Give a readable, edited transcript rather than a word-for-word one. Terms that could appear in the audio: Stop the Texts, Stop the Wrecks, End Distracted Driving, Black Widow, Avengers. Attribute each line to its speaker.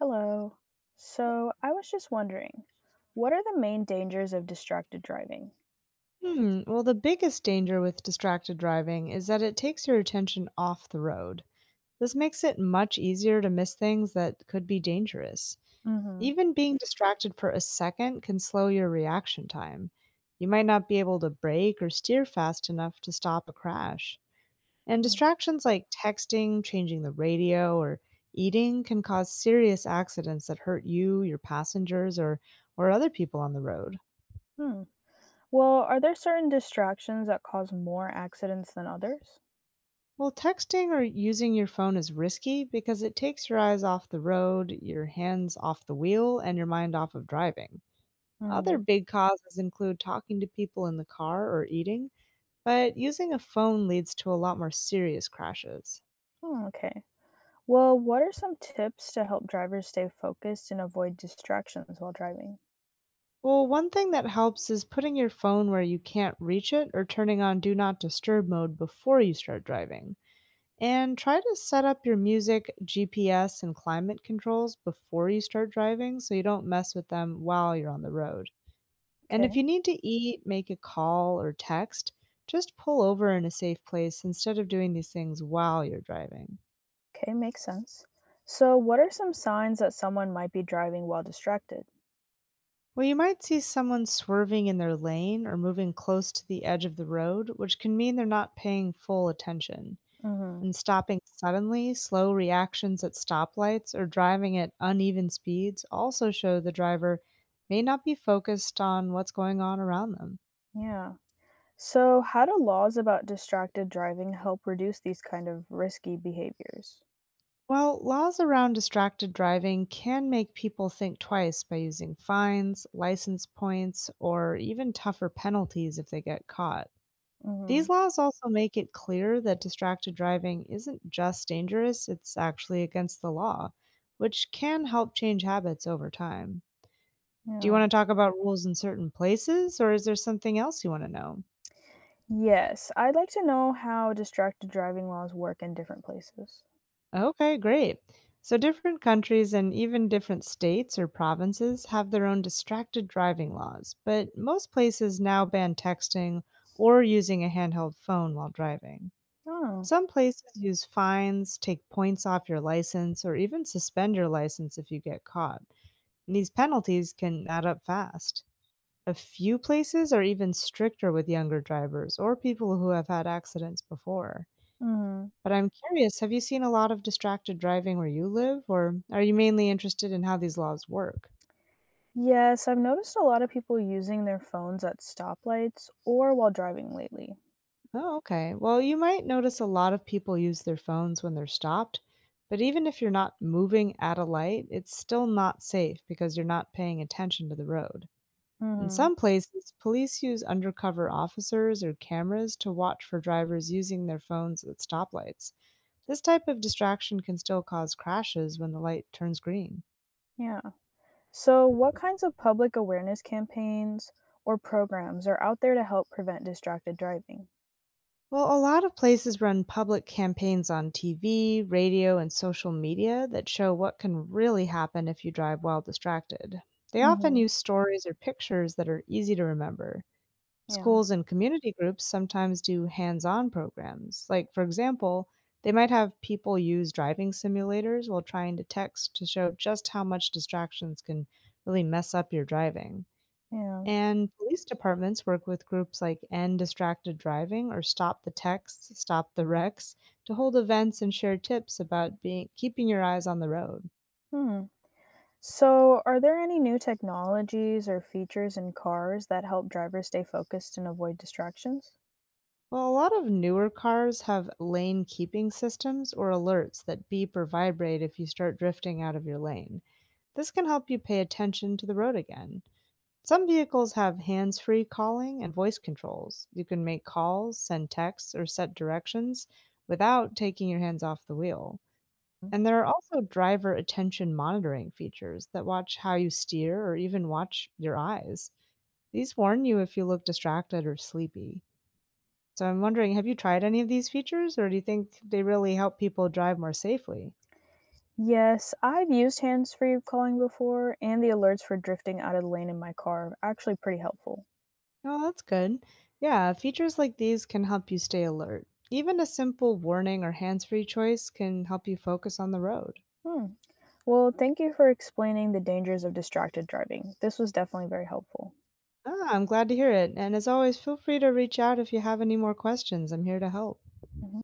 Speaker 1: Hello. So I was just wondering, what are the main dangers of distracted driving?
Speaker 2: Hmm. Well, the biggest danger with distracted driving is that it takes your attention off the road. This makes it much easier to miss things that could be dangerous.
Speaker 1: Mm-hmm.
Speaker 2: Even being distracted for a second can slow your reaction time. You might not be able to brake or steer fast enough to stop a crash. And distractions like texting, changing the radio, or eating can cause serious accidents that hurt you, your passengers, or other people on the road.
Speaker 1: Hmm. Well, are there certain distractions that cause more accidents than others?
Speaker 2: Well, texting or using your phone is risky because it takes your eyes off the road, your hands off the wheel, and your mind off of driving. Other
Speaker 1: Mm-hmm.
Speaker 2: big causes include talking to people in the car or eating, but using a phone leads to a lot more serious crashes.
Speaker 1: Okay. Well, what are some tips to help drivers stay focused and avoid distractions while driving?
Speaker 2: Well, one thing that helps is putting your phone where you can't reach it or turning on do not disturb mode before you start driving. And try to set up your music, GPS, and climate controls before you start driving so you don't mess with them while you're on the road. And
Speaker 1: Okay.
Speaker 2: if you need to eat, make a call, or text, just pull over in a safe place instead of doing these things while you're driving.
Speaker 1: Okay, makes sense. So, what are some signs that someone might be driving while distracted?
Speaker 2: Well, you might see someone swerving in their lane or moving close to the edge of the road, which can mean they're not paying full attention.
Speaker 1: Mm-hmm.
Speaker 2: And stopping suddenly, slow reactions at stoplights, or driving at uneven speeds also show the driver may not be focused on what's going on around them.
Speaker 1: Yeah. So, how do laws about distracted driving help reduce these kind of risky behaviors?
Speaker 2: While laws around distracted driving can make people think twice by using fines, license points, or even tougher penalties if they get caught.
Speaker 1: Hmm.
Speaker 2: These laws also make it clear that distracted driving isn't just dangerous, it's actually against the law, which can help change habits over time. Do you
Speaker 1: Yeah.
Speaker 2: wanna talk about rules in certain places, or is there something else you wanna know?
Speaker 1: Yes, I'd like to know how distracted driving laws work in different places.
Speaker 2: Okay, great. So, different countries and even different states or provinces have their own distracted driving laws, but most places now ban texting or using a handheld phone while driving.
Speaker 1: Oh.
Speaker 2: Some places use fines, take points off your license, or even suspend your license if you get caught. And these penalties can add up fast. A few places are even stricter with younger drivers or people who have had accidents before.
Speaker 1: Hmm.
Speaker 2: But I'm curious, have you seen a lot of distracted driving where you live, or are you mainly interested in how these laws work?
Speaker 1: Yes, I've noticed a lot of people using their phones at stoplights or while driving lately.
Speaker 2: Oh, okay. Well, you might notice a lot of people use their phones when they're stopped, but even if you're not moving at a light, it's still not safe because you're not paying attention to the road. In
Speaker 1: Hmm.
Speaker 2: some places, police use undercover officers or cameras to watch for drivers using their phones at stoplights. This type of distraction can still cause crashes when the light turns green.
Speaker 1: Yeah. So, what kinds of public awareness campaigns or programs are out there to help prevent distracted driving?
Speaker 2: Well, a lot of places run public campaigns on TV, radio, and social media that show what can really happen if you drive while distracted. They often
Speaker 1: Hmm.
Speaker 2: use stories or pictures that are easy to remember.
Speaker 1: Yeah.
Speaker 2: Schools and community groups sometimes do hands on programs. Like, for example, they might have people use driving simulators while trying to text to show just how much distractions can really mess up your driving.
Speaker 1: Yeah.
Speaker 2: And police departments work with groups like End Distracted Driving or Stop the Texts, Stop the Wrecks to hold events and share tips about being keeping your eyes on the road.
Speaker 1: Hmm. So, are there any new technologies or features in cars that help drivers stay focused and avoid distractions?
Speaker 2: Well, a lot of newer cars have lane keeping systems or alerts that beep or vibrate if you start drifting out of your lane. This can help you pay attention to the road again. Some vehicles have hands free calling and voice controls. You can make calls, send texts, or set directions without taking your hands off the wheel.
Speaker 1: Mhm.
Speaker 2: And there are also driver attention monitoring features that watch how you steer or even watch your eyes. These warn you if you look distracted or sleepy. So I'm wondering, have you tried any of these features or do you think they really help people drive more safely?
Speaker 1: Yes, I've used hands free calling before, and the alerts for drifting out of the lane in my car are actually pretty helpful.
Speaker 2: Oh, that's good. Yeah, features like these can help you stay alert. Even a simple warning or hands-free choice can help you focus on the road.
Speaker 1: Hmm. Well, thank you for explaining the dangers of distracted driving. This was definitely very helpful.
Speaker 2: Ah, I'm glad to hear it. And as always, feel free to reach out if you have any more questions. I'm here to help.
Speaker 1: Mhm.